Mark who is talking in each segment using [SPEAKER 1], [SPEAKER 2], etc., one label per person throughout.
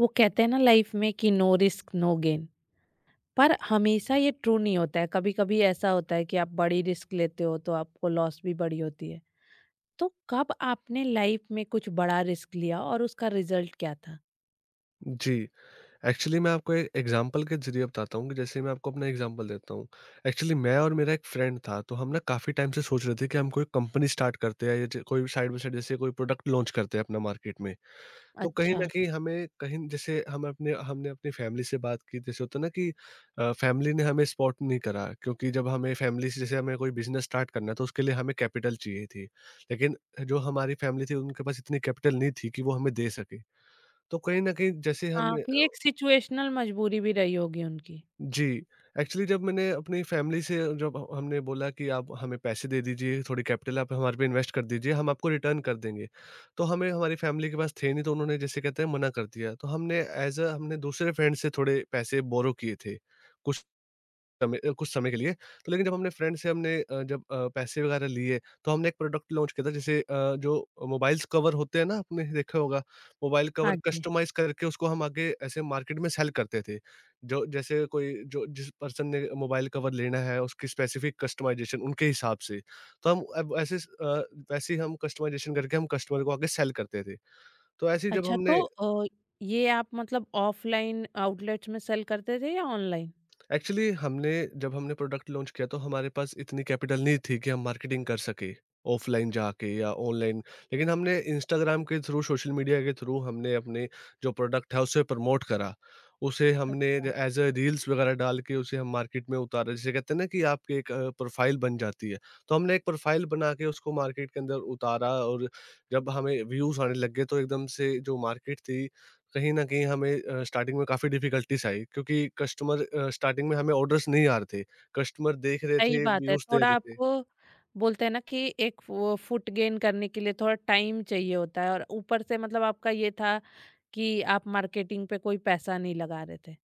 [SPEAKER 1] वो कहते हैं ना लाइफ में कि नो रिस्क नो गेन। पर हमेशा ये ट्रू नहीं होता है। कभी कभी ऐसा होता है कि आप बड़ी रिस्क लेते हो तो आपको लॉस भी बड़ी होती है। तो कब आपने लाइफ में कुछ बड़ा रिस्क लिया और उसका रिजल्ट क्या था?
[SPEAKER 2] जी, एक्चुअली मैं आपको ए एग्ज़ाम्पल के ज़रिए बताता हूँ कि जैसे मैं आपको अपना एग्ज़ाम्पल देता हूँ। एक्चुअली, मैं और मेरा एक फ्रेंड था, तो हम ना काफ़ी टाइम से सोच रहे थे कि हम कोई कंपनी स्टार्ट करते हैं, या ज कोई साइड बाय साइड जैसे कोई प्रोडक्ट लॉन्च करते हैं अपना मार्केट में। तो कहीं
[SPEAKER 1] अच्छा।
[SPEAKER 2] न कहीं हमें कहीं जैसे हम अपने हमने अपनी फैमिली से बात की। जैसे होता है ना कि फैमिली ने हमें सपोर्ट नहीं करा, क्योंकि जब हमें फैमिली से, जैसे हमें कोई बिज़नेस स्टार्ट करना है, तो उसके लिए हमें कैपिटल चाहिए थी। लेकिन जो हमारी फैमिली थी, उनके पास इतनी कैपिटल नहीं थी कि वो हमें दे सके। तो कहीं न कहीं जैसे
[SPEAKER 1] हाँ,
[SPEAKER 2] हमने
[SPEAKER 1] कि एक सिचुएशनल मजबूरी भी रही होगी उनकी।
[SPEAKER 2] जी, एक्चुअली जब मैंने अपनी फैमिली से, जब ह हमने बोला कि आप हमें पैसे दे दीजिए, थोड़ी कैपिटल आप हमारे पे इन्वेस्ट कर दीजिए, हम आपको रिटर्न कर देंगे। तो हमें, हमारी फैमिली के पास थे नहीं, तो उन्होंने, जैसे कहते हैं, मना कर दिया। तो हमने ऐज़ अ हमने दूसरे फ्रेंड से थोड़े पैसे बोरो किए थे। कुछ कुछ समय के लिए। तो लेकिन जब हमने फ्रेंड से हमने जब पैसे वगैरह लिए, तो हमने एक प्रोडक्ट लॉन्च किया था। जैसे जो मोबाइल्स कवर होते हैं ना, आपने देखा होगा, मोबाइल
[SPEAKER 1] हाँ
[SPEAKER 2] कवर
[SPEAKER 1] जी।
[SPEAKER 2] कस्टमाइज़ करके उसको हम आगे ऐसे मार्केट में सेल करते थे। जो जैसे कोई जो जिस पर्सन ने मोबाइल कवर लेना है, उसकी स्पेसिफिक कस्टमाइज़ेशन उनके हिसाब से। तो हम अब ऐसे वैसे ही हम कस्टमाइज़ेशन करके हम कस्टमर को आगे सेल करते थे। तो ऐसे ही
[SPEAKER 1] अच्छा। तो अ, ये आप मतलब ऑफलाइन आउटलेट्स में सेल करते थे या ऑनलाइन?
[SPEAKER 2] एक्चुअली हमने जब हमने प्रोडक्ट लॉन्च किया, तो हमारे पास इतनी कैपिटल नहीं थी कि हम मार्केटिंग कर सके, ऑफलाइन जाके या ऑनलाइन। लेकिन हमने इंस्टाग्राम के थ्रू, सोशल मीडिया के थ्रू हमने अपने जो प्रोडक्ट है उसे प्रमोट करा। उसे हमने
[SPEAKER 1] अच्छा।
[SPEAKER 2] एज अ रील्स वगैरह डाल के उसे हम मार्केट में उतारा, जिसे कहते हैं ना कि आपकी एक प्रोफाइल बन जाती है। तो हमने एक प्रोफाइल बना के उसको मार्केट के अंदर उतारा, और जब हमें व्यूज आने लग गए, तो एकदम से जो मार्केट थी, कहीं न कहीं हमें स्टार्टिंग में काफ़ी डिफ़िकल्टीज़ आई, क्योंकि कस्टमर, स्टार्टिंग में हमें ऑर्डर्स नहीं आ रहे थे। कस्टमर देख रहे
[SPEAKER 1] सही
[SPEAKER 2] थे,
[SPEAKER 1] बात है।
[SPEAKER 2] व्यूज़ दे
[SPEAKER 1] थोड़ा
[SPEAKER 2] रहे थे।
[SPEAKER 1] आपको बोलते हैं ना कि एक वो फुट गेन करने के लिए थोड़ा टाइम चाहिए होता है, और ऊपर से मतलब आपका ये था कि आप मार्केटिंग पे कोई पैसा नहीं लगा रहे थे।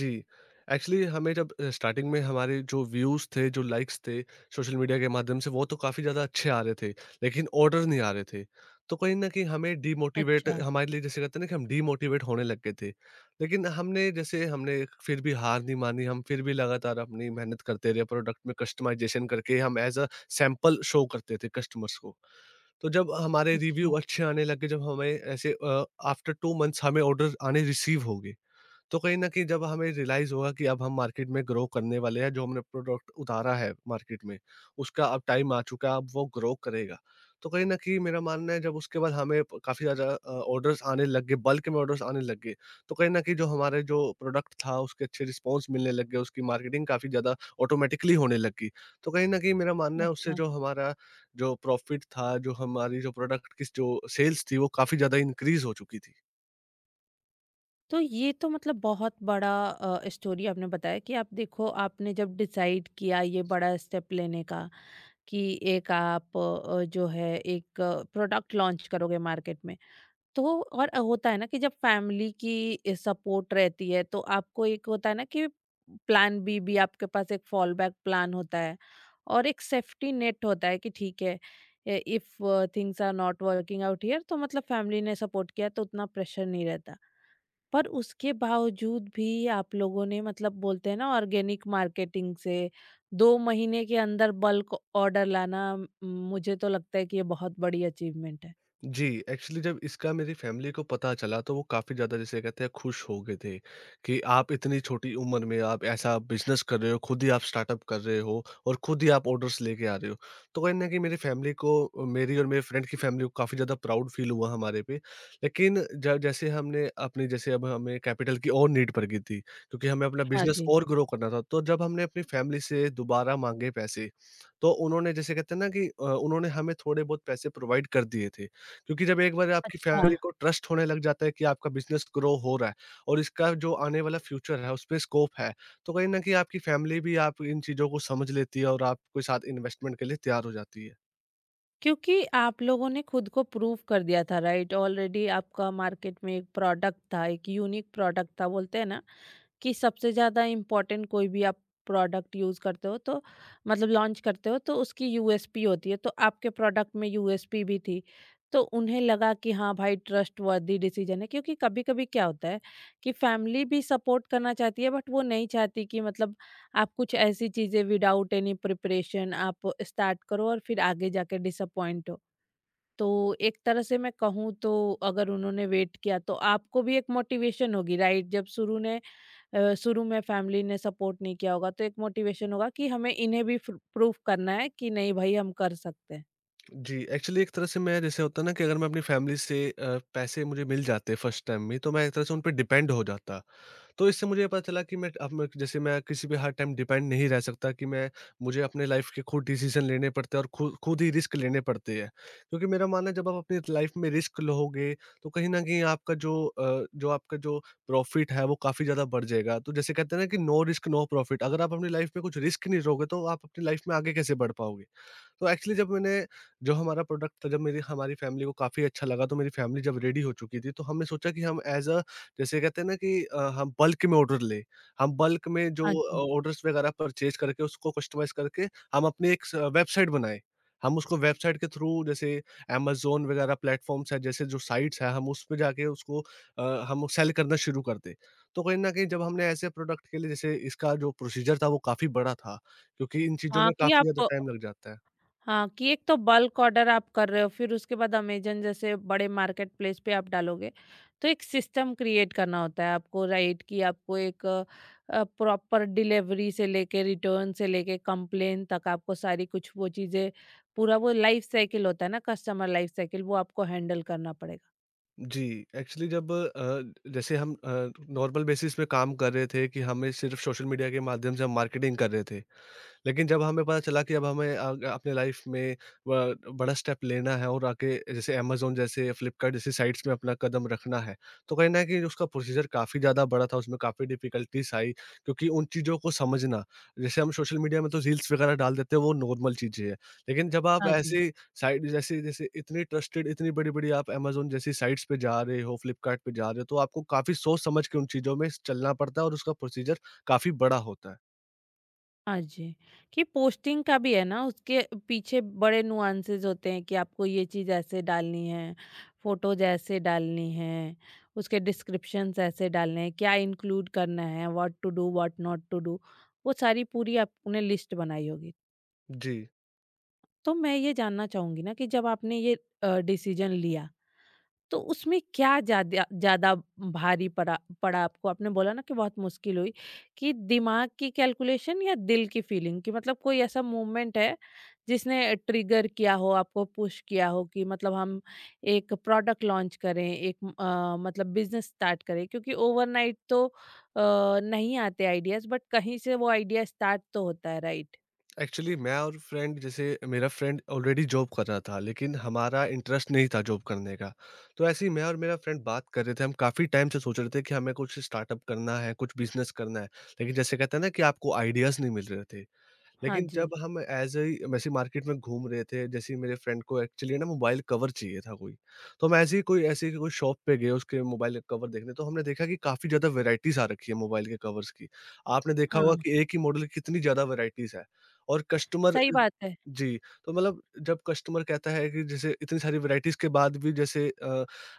[SPEAKER 2] जी। एक्चुअली हमें, जब स्टार्टिंग में हमारे जो व्यूज़ थे, जो लाइक्स थे, सोशल मीडिया के माध्यम से, वो तो काफ़ी ज़्यादा अच्छे आ रहे थे, लेकिन ऑर्डर नहीं आ रहे थे। तो कहीं न कहीं हमें डीमोटिवेट,
[SPEAKER 1] अच्छा।
[SPEAKER 2] हमारे लिए जैसे कहते हैं ना कि हम डीमोटिवेट होने लग गए थे। लेकिन हमने, जैसे हमने फिर भी हार नहीं मानी, हम फिर भी लगातार अपनी मेहनत करते रहे, प्रोडक्ट में कस्टमाइज़ेशन करके हम एज़ अ सैंपल शो करते थे कस्टमर्स को। तो जब हमारे रिव्यू
[SPEAKER 1] अच्छा।
[SPEAKER 2] अच्छे आने लगे, जब हमें ऐसे आफ्टर 2 मंथ्स हमें ऑर्डर आने रिसीव हो गए। तो कहीं न कहीं जब हमें रियलाइज़ होगा कि अब हम मार्केट में ग्रो करने वाले हैं, जो हमने प्रोडक्ट उतारा है मार्केट में, उसका अब टाइम आ चुका है, अब वो ग्रो करेगा। तो कहीं न कहीं मेरा मानना है, जब उसके बाद हमें प काफ़ी ज़्यादा ऑर्डर्स आने लग गए, बल्क में ऑर्डर्स आने लग गए, तो कहीं न कहीं जो हमारे जो प्रोडक्ट था उसके अच्छे रिस्पॉन्स मिलने लग गए, उसकी मार्केटिंग काफ़ी ज़्यादा ऑटोमैटिकली होने लग गई। तो कहीं न कहीं मेरा मानना है, उससे
[SPEAKER 1] अच्छा।
[SPEAKER 2] जो हमारा जो प्रॉफ़िट था, जो हमारी, जो प्रोडक्ट की जो सेल्स थी, वो काफ़ी ज़्यादा इंक्रीज़ हो चुकी थी।
[SPEAKER 1] तो ये तो मतलब बहुत बड़ा स्टोरी आपने बताया, कि आप देखो आपने जब डिसाइड किया ये बड़ा स्टेप लेने का, कि एक आप जो है एक प्रोडक्ट लॉन्च करोगे मार्केट में। तो और होता है ना कि जब फैमिली की सपोर्ट रहती है तो आपको एक होता है ना कि प्लान बी भी आपके पास, एक फॉल बैक प्लान होता है और एक सेफ्टी नेट होता है कि ठीक है, if things are not working out here, तो मतलब फैमिली ने सपोर्ट किया तो उतना प्रेशर नहीं रहता। पर उसके बावजूद भी आप लोगों ने मतलब बोलते हैं ना, ऑर्गेनिक मार्केटिंग से दो महीने के अंदर बल्क ऑर्डर लाना मुझे तो लगता है कि ये बहुत बड़ी अचीवमेंट है।
[SPEAKER 2] जी, एक्चुअली जब इसका मेरी फैमिली को पता चला, तो वो काफ़ी ज़्यादा, जिसे कहते हैं, खुश हो गए थे कि आप इतनी छोटी उम्र में आप ऐसा बिज़नेस कर रहे हो, खुद ही आप स्टार्टअप कर रहे हो, और खुद ही आप ऑर्डर्स लेके आ रहे हो। तो कहीं न कहीं मेरी फैमिली को, मेरी और मेरे फ्रेंड की फैमिली को काफ़ी ज़्यादा प्राउड फ़ील हुआ हमारे पे। लेकिन ज जैसे हमने अपनी, जैसे अब हमें कैपिटल की और नीड पड़ गई थी, क्योंकि हमें अपना
[SPEAKER 1] हाँ
[SPEAKER 2] बिज़नेस
[SPEAKER 1] जी।
[SPEAKER 2] और ग्रो करना था। तो जब हमने अपनी फैमिली से दोबारा माँगे पैसे, तो उन्होंने, जैसे कहते हैं ना कि उन्होंने हमें थोड़े बहुत पैसे प्रोवाइड कर दिए थे। क्योंकि जब एक बार आपकी
[SPEAKER 1] अच्छा।
[SPEAKER 2] फैमिली को ट्रस्ट होने लग जाता है कि आपका बिज़नेस ग्रो हो रहा है, और इसका जो आने वाला फ्यूचर है उसपे स्कोप है, तो कहीं न कहीं आपकी फैमिली भी आप इन चीज़ों को समझ लेती है, और आपके साथ इन्वेस्टमेंट के लिए तैयार हो जाती है।
[SPEAKER 1] क्योंकि आप लोगों ने खुद को प्रूव कर दिया था, राइट? ऑलरेडी आपका मार्केट में एक प्रोडक्ट था, एक यूनिक प्रोडक्ट था। बोलते हैं ना कि सबसे ज़्यादा इम्पोर्टेंट, कोई भी आप प्रोडक्ट यूज़ करते हो तो मतलब लॉन्च करते हो तो उसकी यूएसपी होती है, तो आपके प्रोडक्ट में यूएसपी भी थी। तो उन्हें लगा कि हाँ भाई, ट्रस्ट वर्दी डिसीजन है। क्योंकि कभी कभी क्या होता है कि फैमिली भी सपोर्ट करना चाहती है बट वो नहीं चाहती कि मतलब आप कुछ ऐसी चीज़ें विदाउट एनी प्रिपरेशन आप स्टार्ट करो और फिर आगे जाके डिसअपॉइंट हो। तो एक तरह से मैं कहूँ तो अगर उन्होंने वेट किया तो आपको भी एक मोटिवेशन होगी, राइट? जब शुरू में फैमिली ने सपोर्ट नहीं किया होगा तो एक मोटिवेशन होगा कि हमें इन्हें भी प्रूफ करना है कि नहीं भाई, हम कर सकते हैं।
[SPEAKER 2] जी, एक्चुअली एक तरह से मैं, जैसे होता है ना कि अगर मैं अपनी फैमिली से पैसे मुझे मिल जाते फर्स्ट टाइम में, तो मैं एक तरह से उन पे डिपेंड हो जाता। तो इससे मुझे ये पता चला कि मैं अब मैं जैसे मैं किसी पे हर टाइम डिपेंड नहीं रह सकता, कि मैं, मुझे अपने लाइफ के खुद डिसीजन लेने पड़ते हैं, और खुद खुद ही रिस्क लेने पड़ते हैं। क्योंकि मेरा मानना है, जब आप अपनी लाइफ में रिस्क लोगे, तो कहीं ना कहीं आपका जो जो आपका जो प्रॉफिट है वो काफ़ी ज़्यादा बढ़ जाएगा। तो जैसे कहते हैं ना कि नो रिस्क नो प्रॉफिट, अगर आप अपनी लाइफ में कुछ रिस्क नहीं लोगे, तो आप अपनी लाइफ में आगे कैसे बढ़ पाओगे? तो एक्चुअली जब मैंने, जो हमारा प्रोडक्ट था, जब मेरी हमारी फैमिली को काफ़ी अच्छा लगा, तो मेरी फैमिली जब रेडी हो चुकी थी, तो हमने सोचा कि हम एज़ अ, जैसे कहते हैं ना कि हम बल्क में ऑर्डर लें। हम बल्क में जो
[SPEAKER 1] हाँ जी।
[SPEAKER 2] ऑर्डर्स वगैरह परचेज़ करके, उसको कस्टमाइज़ करके, हम अपनी एक स वेबसाइट बनाएँ। हम उसको वेबसाइट के थ्रू, जैसे अमेज़न वगैरह प्लेटफ़ॉर्म्स हैं, जैसे जो साइट्स हैं, हम उसपे जाके उसको हम सेल करना शुरू कर दें। तो कहीं न कहीं जब हमने ऐसे प्रोडक्ट के लिए, जैसे इसका जो प्रोसीजर था वो काफ़ी बड़ा था, क्योंकि इन चीज़ों
[SPEAKER 1] हाँ,
[SPEAKER 2] में
[SPEAKER 1] कि
[SPEAKER 2] काफ़ी ज़्यादा
[SPEAKER 1] आप
[SPEAKER 2] टाइम लग जाता है।
[SPEAKER 1] हाँ, कि एक तो बल्क ऑर्डर आप कर रहे हो, फिर उसके बाद अमेज़न जैसे बड़े मार्केट प्लेस पे आप डालोगे, तो एक सिस्टम क्रिएट करना होता है आपको, राइट? कि आपको एक प्रॉपर डिलीवरी से लेके, रिटर्न से लेके, कंप्लेन तक आपको सारी कुछ वो चीज़ें, पूरा वो लाइफ साइकिल होता है ना, कस्टमर लाइफ साइकिल, वो आपको हैंडल करना पड़ेगा।
[SPEAKER 2] जी, एक्चुअली जब जैसे हम नॉर्मल बेसिस पे काम कर रहे थे कि हमें सिर्फ़ सोशल मीडिया के माध्यम से हम मार्केटिंग कर रहे थे। लेकिन जब हमें पता चला कि अब हमें आग अपने लाइफ में ब बड़ा स्टेप लेना है, और आगे जैसे अमेज़न, जैसे फ्लिपकार्ट जैसी साइट्स में अपना कदम रखना है, तो कहीं न कहीं उसका प्रोसीजर काफ़ी ज़्यादा बड़ा था, उसमें काफ़ी डिफ़िकल्टीज़ आई, क्योंकि उन चीज़ों को समझना, जैसे हम सोशल मीडिया में तो रील्स वगैरह डाल देते हैं, वो नॉर्मल चीज़ें हैं। लेकिन जब आप,
[SPEAKER 1] हाँ
[SPEAKER 2] जी,
[SPEAKER 1] जी।
[SPEAKER 2] ऐसी साइट, जैसे जैसे इतनी ट्रस्टेड, इतनी बड़ी-बड़ी, आप अमेज़न जैसी साइट्स पे जा रहे हो, फ्लिपकार्ट पे जा रहे हो, तो आपको काफ़ी सोच समझ के उन चीज़ों में चलना पड़ता है, और उसका प्रोसीजर काफ़ी बड़ा होता है।
[SPEAKER 1] हाँ जी, कि पोस्टिंग का भी है ना, उसके पीछे बड़े नुआंसेस होते हैं कि आपको ये चीज़ ऐसे डालनी है, फोटोज ऐसे डालनी है, उसके डिस्क्रिप्शंस ऐसे डालने हैं, क्या इंक्लूड करना है, what to do, what not to do, वो सारी पूरी आपने लिस्ट बनाई होगी।
[SPEAKER 2] जी।
[SPEAKER 1] तो मैं ये जानना चाहूँगी ना कि जब आपने ये डिसीजन लिया, तो उसमें क्या ज़्यादा ज़्यादा भारी पड़ा पड़ा आपको? आपने बोला ना कि बहुत मुश्किल हुई, कि दिमाग की कैलकुलेशन या दिल की फीलिंग, कि मतलब कोई ऐसा मूवमेंट है जिसने ट्रिगर किया हो, आपको पुश किया हो, कि मतलब हम एक प्रोडक्ट लॉन्च करें, एक मतलब बिज़नेस स्टार्ट करें, क्योंकि ओवरनाइट तो नहीं आते आइडियाज़, बट कहीं से वो आइडिया स्टार्ट तो होता है, राइट?
[SPEAKER 2] एक्चुअली मैं और फ्रेंड, जैसे मेरा फ्रेंड ऑलरेडी जॉब कर रहा था, लेकिन हमारा इंटरेस्ट नहीं था जॉब करने का। तो ऐसे ही मैं और मेरा फ्रेंड बात कर रहे थे, हम काफ़ी टाइम से सोच रहे थे कि हमें कुछ स्टार्टअप करना है, कुछ बिजनेस करना है, लेकिन जैसे कहते हैं ना कि आपको आइडियाज़ नहीं मिल रहे थे।
[SPEAKER 1] हाँ
[SPEAKER 2] लेकिन जब
[SPEAKER 1] जी।
[SPEAKER 2] हम ऐसे ही, वैसे मार्केट में घूम रहे थे, जैसे ही मेरे फ्रेंड को एक्चुअली ना मोबाइल कवर चाहिए था कोई। तो हम ऐसे ही कोई शॉप पे गए उसके मोबाइल कवर देखने, तो हमने देखा कि काफ़ी ज़्यादा वैराइटीज़ आ रखी है मोबाइल के कवर्स की। आपने देखा होगा
[SPEAKER 1] हाँ,
[SPEAKER 2] कि एक ही मॉडल की कितनी ज़्यादा वैराइटीज़ है, और कस्टमर
[SPEAKER 1] सही बात है।
[SPEAKER 2] जी, तो मतलब जब कस्टमर कहता है कि जैसे इतनी सारी वैराइटीज़ के बाद भी, जैसे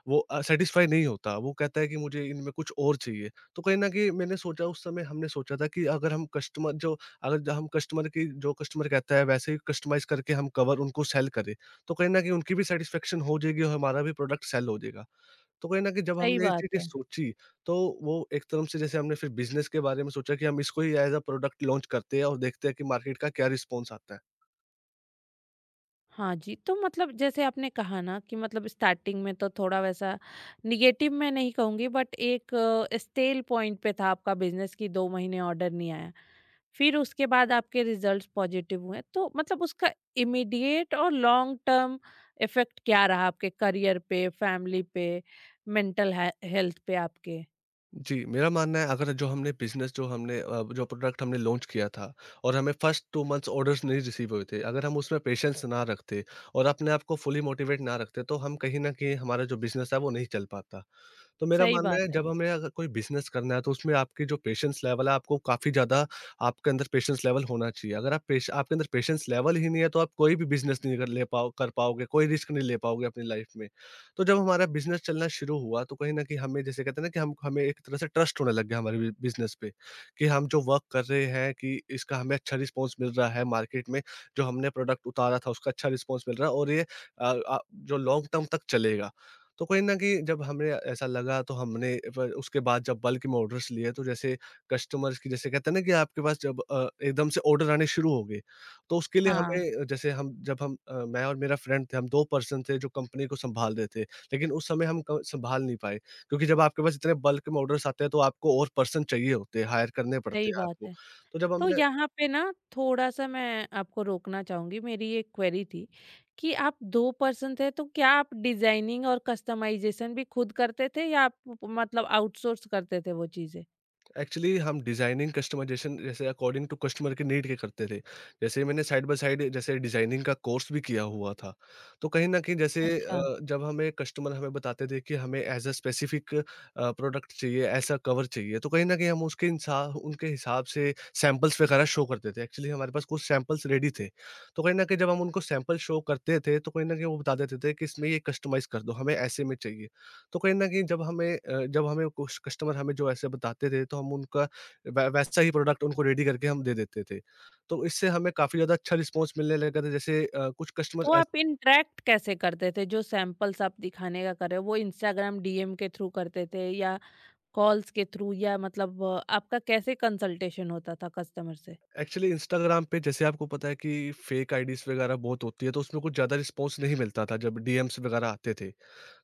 [SPEAKER 2] वो सैटिस्फाई नहीं होता, वो कहता है कि मुझे इनमें कुछ और चाहिए। तो कहीं न कहीं मैंने सोचा, उस समय हमने सोचा था कि अगर हम कस्टमर जो, अगर ज हम कस्टमर की, जो कस्टमर कहता है वैसे ही कस्टमाइज़ करके हम कवर उनको सेल करें, तो कहीं न कहीं उनकी भी सैटिस्फैक्शन हो जाएगी, और हमारा भी प्रोडक्ट सेल हो जाएगा। तो कहीं न कहीं जब
[SPEAKER 1] सही
[SPEAKER 2] हमने ये
[SPEAKER 1] बात
[SPEAKER 2] चीज़ें
[SPEAKER 1] है।
[SPEAKER 2] सोची, तो वो एक तरफ से जैसे हमने फिर बिज़नेस के बारे में सोचा कि हम इसको ही ऐज़ अ प्रोडक्ट लॉन्च करते हैं, और देखते हैं कि मार्केट का क्या रिस्पॉन्स आता है।
[SPEAKER 1] हाँ जी, तो मतलब जैसे आपने कहा ना कि मतलब स्टार्टिंग में तो थोड़ा वैसा निगेटिव मैं नहीं कहूँगी, बट एक स्टेल पॉइंट पे था आपका बिजनेस, कि 2 महीने ऑर्डर नहीं आया। फिर उसके बाद आपके रिजल्ट्स पॉजिटिव हुए, तो मतलब उसका इमीडिएट और लॉन्ग टर्म इफ़ेक्ट क्या रहा आपके करियर पे, फैमिली पे, मेंटल हे हेल्थ पे आपके?
[SPEAKER 2] जी, मेरा मानना है, अगर जो हमने बिज़नेस, जो हमने जो प्रोडक्ट हमने लॉन्च किया था, और हमें फर्स्ट 2 मंथ्स ऑर्डर्स नहीं रिसीव हुए थे, अगर हम उसमें पेशेंस ना रखते, और अपने आप को फुली मोटिवेट ना रखते, तो हम कहीं न कहीं, हमारा जो बिज़नेस है वो नहीं चल पाता। तो मेरा
[SPEAKER 1] सही बात
[SPEAKER 2] मानना है,
[SPEAKER 1] है।
[SPEAKER 2] जब हमें अगर कोई बिज़नेस करना है, तो उसमें आपकी जो पेशेंस लेवल है, आपको काफ़ी ज़्यादा आपके अंदर पेशेंस लेवल होना चाहिए। अगर आप पेश आपके अंदर पेशेंस लेवल ही नहीं है, तो आप कोई भी बिज़नेस नहीं कर पाओगे, कोई रिस्क नहीं ले पाओगे अपनी लाइफ़ में। तो जब हमारा बिज़नेस चलना शुरू हुआ तो कहीं न कहीं हमें जैसे कहते हैं ना कि हम हमें एक तरह से ट्रस्ट होने लग गया हमारे बि बिज़नेस पे, कि हम जो वर्क कर रहे हैं कि इसका हमें अच्छा रिस्पॉन्स मिल रहा है मार्केट में, जो हमने प्रोडक्ट उतारा था उसका अच्छा रिस्पॉन्स मिल रहा है और ये जो लॉन्ग टर्म तक चलेगा। तो कहीं न कहीं जब हमें ऐसा लगा तो हमने फिर उसके बाद जब बल्क में ऑर्डर्स लिए तो जैसे कस्टमर्स की जैसे कहते हैं ना कि आपके पास जब एकदम से ऑर्डर आने शुरू हो गए, तो उसके लिए
[SPEAKER 1] हाँ,
[SPEAKER 2] हमें जैसे हम जब हम अ, मैं और मेरा फ्रेंड थे, हम 2 पर्सन थे जो कंपनी को सँभाल रहे थे। लेकिन उस समय हम क सँभाल नहीं पाए, क्योंकि जब आपके पास इतने बल्क में ऑर्डर्स आते हैं तो आपको और पर्सन चाहिए होते हैं, हायर करने पड़ते
[SPEAKER 1] सही
[SPEAKER 2] हैं
[SPEAKER 1] बात
[SPEAKER 2] आपको।
[SPEAKER 1] है।
[SPEAKER 2] तो जब
[SPEAKER 1] तो
[SPEAKER 2] हमने
[SPEAKER 1] यहाँ पे ना थोड़ा-सा मैं आपको रोकना चाहूँगी, मेरी एक क्वेरी थी कि आप 2 पर्सन थे, तो क्या आप डिज़ाइनिंग और कस्टमाइज़ेशन भी खुद करते थे, या आप मतलब आउटसोर्स करते थे वो चीज़ें?
[SPEAKER 2] एक्चुअली हम डिजाइनिंग कस्टमाइजेशन जैसे अकॉर्डिंग टू कस्टमर के नीड के करते थे। जैसे मैंने साइड बाय साइड जैसे डिजाइनिंग का कोर्स भी किया हुआ था। तो कहीं ना कहीं जैसे
[SPEAKER 1] अच्छा।
[SPEAKER 2] जब हमें कस्टमर हमें बताते थे कि हमें एज अ स्पेसिफिक प्रोडक्ट चाहिए, ऐसा कवर चाहिए, तो कहीं ना कहीं हम उसके इंसा उनके हिसाब से सैम्पल्स वगैरह शो करते थे। एक्चुअली हमारे पास कुछ सैम्पल्स रेडी थे। तो कहीं ना कहीं जब हम उनको सैम्पल शो करते थे तो कहीं ना कहीं वो बता देते थे कि इसमें ये कस्टमाइज कर दो, हमें ऐसे में चाहिए। तो कहीं न कहीं जब हमें कुछ कस्टमर हमें जो ऐसे बताते थे, तो हम उनका वै वैसा ही प्रोडक्ट उनको रेडी करके हम दे देते थे। तो इससे हमें काफ़ी ज़्यादा अच्छा रिस्पॉन्स मिलने लगा था। जैसे कुछ कस्टमर
[SPEAKER 1] तो
[SPEAKER 2] ऐस
[SPEAKER 1] आप इंटरैक्ट कैसे करते थे? जो सैंपल्स आप दिखाने का कर रहे हो, वो इंस्टाग्राम डीएम के थ्रू करते थे या कॉल्स के थ्रू, या मतलब आपका कैसे कंसल्टेशन होता था कस्टमर से?
[SPEAKER 2] एक्चुअली इंस्टाग्राम पे जैसे आपको पता है कि फेक आईडीज़ वगैरह बहुत होती है, तो उसमें कुछ ज़्यादा रिस्पॉन्स नहीं मिलता था जब डीएम्स वगैरह आते थे।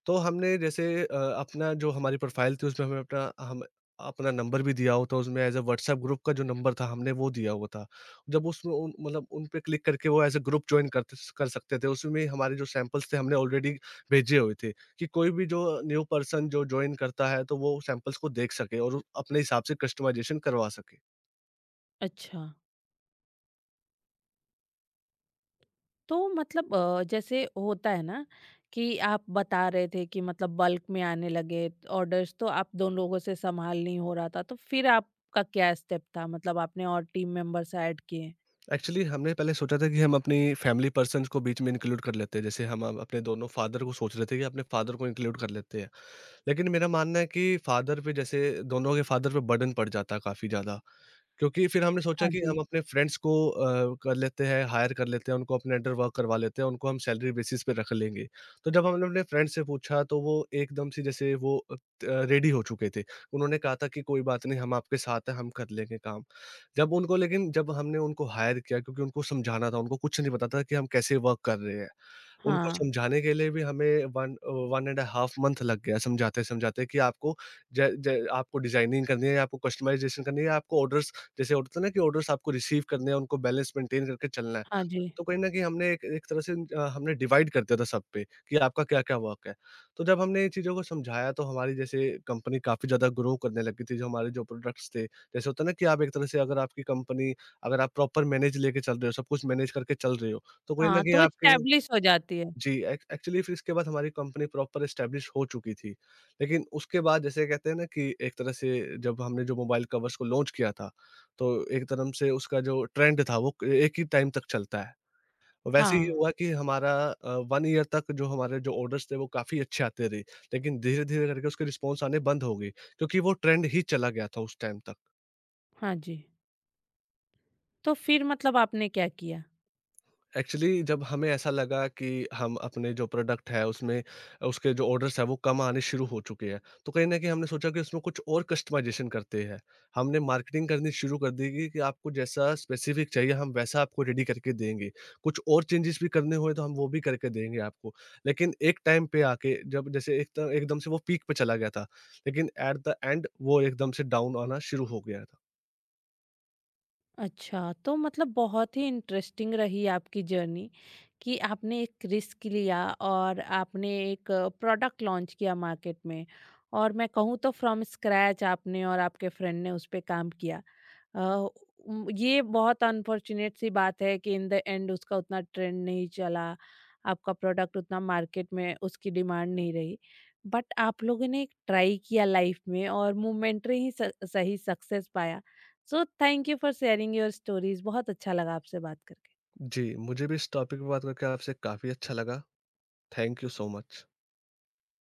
[SPEAKER 2] तो हमने जैसे अपना जो हमारी प्रोफ़ाइल थी उसमें हमें अपना हम अपना नंबर भी दिया हुआ था। उसमें एज़ अ व्हाट्सएप ग्रुप का जो नंबर था हमने वो दिया हुआ था। जब उसमें उन पे क्लिक करके वो एज़ अ ग्रुप जॉइन करते स कर सकते थे। उसमें हमारे जो सैंपल्स थे हमने ऑलरेडी भेजे हुए थे, कि कोई भी जो न्यू पर्सन जो जॉइन करता है तो वो सैंपल्स को देख सके और अपने हिसाब से कस्टमाइज़ेशन करवा सके।
[SPEAKER 1] अच्छा। तो मतलब जैसे होता है ना कि आप बता रहे थे कि मतलब बल्क में आने लगे ऑर्डर्स, तो आप दोनों लोगों से संभाल नहीं हो रहा था, तो फिर आपका क्या स्टेप था, मतलब आपने और टीम मेंबर्स ऐड किए?
[SPEAKER 2] एक्चुअली हमने पहले सोचा था कि हम अपनी फैमिली पर्सन्स को बीच में इंक्लूड कर लेते हैं। जैसे हम अब अपने दोनों फादर को सोच रहे थे कि अपने फादर को इंक्लूड कर लेते हैं। लेकिन मेरा मानना है कि फादर पे जैसे दोनों के फादर पे बर्डन पड़ जाता है काफ़ी ज़्यादा। क्योंकि फिर हमने सोचा
[SPEAKER 1] हाँ
[SPEAKER 2] कि हम
[SPEAKER 1] जी।
[SPEAKER 2] अपने फ्रेंड्स को हायर कर लेते हैं, उनको अपने अंडर वर्क करवा लेते हैं, उनको हम सैलरी बेसिस पे रख लेंगे। तो जब हमने अपने फ्रेंड से पूछा तो वो एकदम से जैसे वो रेडी हो चुके थे। उन्होंने कहा था कि कोई बात नहीं, हम आपके साथ हैं, हम कर लेंगे काम। जब उनको लेकिन जब हमने उनको हायर किया, क्योंकि उनको समझाना था, उनको कुछ नहीं पता था कि हम कैसे वर्क कर रहे हैं। उनको
[SPEAKER 1] हाँ।
[SPEAKER 2] समझाने के लिए भी हमें 1 एंड अ हाफ मंथ लग गया समझाते-समझाते, कि आपको ज ज आपको डिज़ाइनिंग करनी है, आपको कस्टमाइज़ेशन करनी है, आपको ऑर्डर्स, जैसे होता है ना कि ऑर्डर्स आपको रिसीव करने हैं, उनको बैलेंस मेंटेन करके चलना है।
[SPEAKER 1] हाँ जी।
[SPEAKER 2] तो कहीं न कहीं हमने एक एक तरह से हमने डिवाइड कर दिया था सब पे कि आपका क्या-क्या वर्क है। तो जब हमने ये चीज़ों को समझाया तो हमारी जैसे कंपनी काफ़ी ज़्यादा ग्रो करने लगी थी, जो हमारे जो प्रोडक्ट्स थे। जैसे होता है ना कि आप एक तरह से अगर आपकी कंपनी, अगर आप प्रॉपर मैनेज लेके चल रहे हो, सब कुछ मैनेज करके चल रहे हो, तो कहीं न
[SPEAKER 1] हाँ,
[SPEAKER 2] कहीं
[SPEAKER 1] तो वो
[SPEAKER 2] आपके।
[SPEAKER 1] स्टैब्लिश हो जाती है।
[SPEAKER 2] जी, एक्चुअली फिर इसके बाद हमारी कंपनी प्रॉपर एस्टेब्लिश हो चुकी थी। लेकिन उसके बाद जैसे कहते हैं ना कि एक तरह से जब हमने जो मोबाइल कवर्स को लॉन्च किया था, तो एक तरह से उसका जो ट्रेंड था वो क एक ही टाइम तक चलता है। वैसे ही
[SPEAKER 1] हाँ।
[SPEAKER 2] हुआ कि हमारा 1 ईयर तक जो हमारे जो ऑर्डर्स थे वो काफ़ी अच्छे आते रहे। लेकिन धीरे-धीरे करके उसके रिस्पॉन्स आने बंद हो गए, क्योंकि वो ट्रेंड ही चला गया था उस टाइम तक।
[SPEAKER 1] हाँ जी। तो फिर मतलब आपने क्या किया?
[SPEAKER 2] एक्चुअली जब हमें ऐसा लगा कि हम अपने जो प्रोडक्ट है उसमें उसके जो ऑर्डर्स है वो कम आने शुरू हो चुके हैं, तो कहीं ना कहीं हमने सोचा कि उसमें कुछ और कस्टमाइजेशन करते हैं। हमने मार्केटिंग करनी शुरू कर दी कि आपको जैसा स्पेसिफिक चाहिए हम वैसा आपको रेडी करके देंगे, कुछ और चेंजेस भी करने हुए तो हम वो भी करके देंगे आपको। लेकिन एक टाइम पे आके जब जैसे एकदम से वो पीक पे चला गया था, लेकिन एट द एंड वो एकदम से डाउन आना शुरू हो गया था।
[SPEAKER 1] अच्छा, तो मतलब बहुत ही इंटरेस्टिंग रही आपकी जर्नी, कि आपने एक रिस्क लिया और आपने एक प्रोडक्ट लॉन्च किया मार्केट में, और मैं कहूँ तो फ्रॉम स्क्रैच आपने और आपके फ्रेंड ने उस पे काम किया। अ, ये बहुत अनफॉर्चुनेट सी बात है कि इन द एंड उसका उतना ट्रेंड नहीं चला, आपका प्रोडक्ट उतना मार्केट में उसकी डिमांड नहीं रही। बट आप लोगों ने एक ट्राई किया लाइफ में और मोमेंटरी ही स सही सक्सेस पाया। So thank you for sharing your stories, बहुत अच्छा लगा आपसे बात कर
[SPEAKER 2] जी, मुझे भी इस टॉपिक पे बात करके आपसे काफ़ी अच्छा लगा। Thank you so much.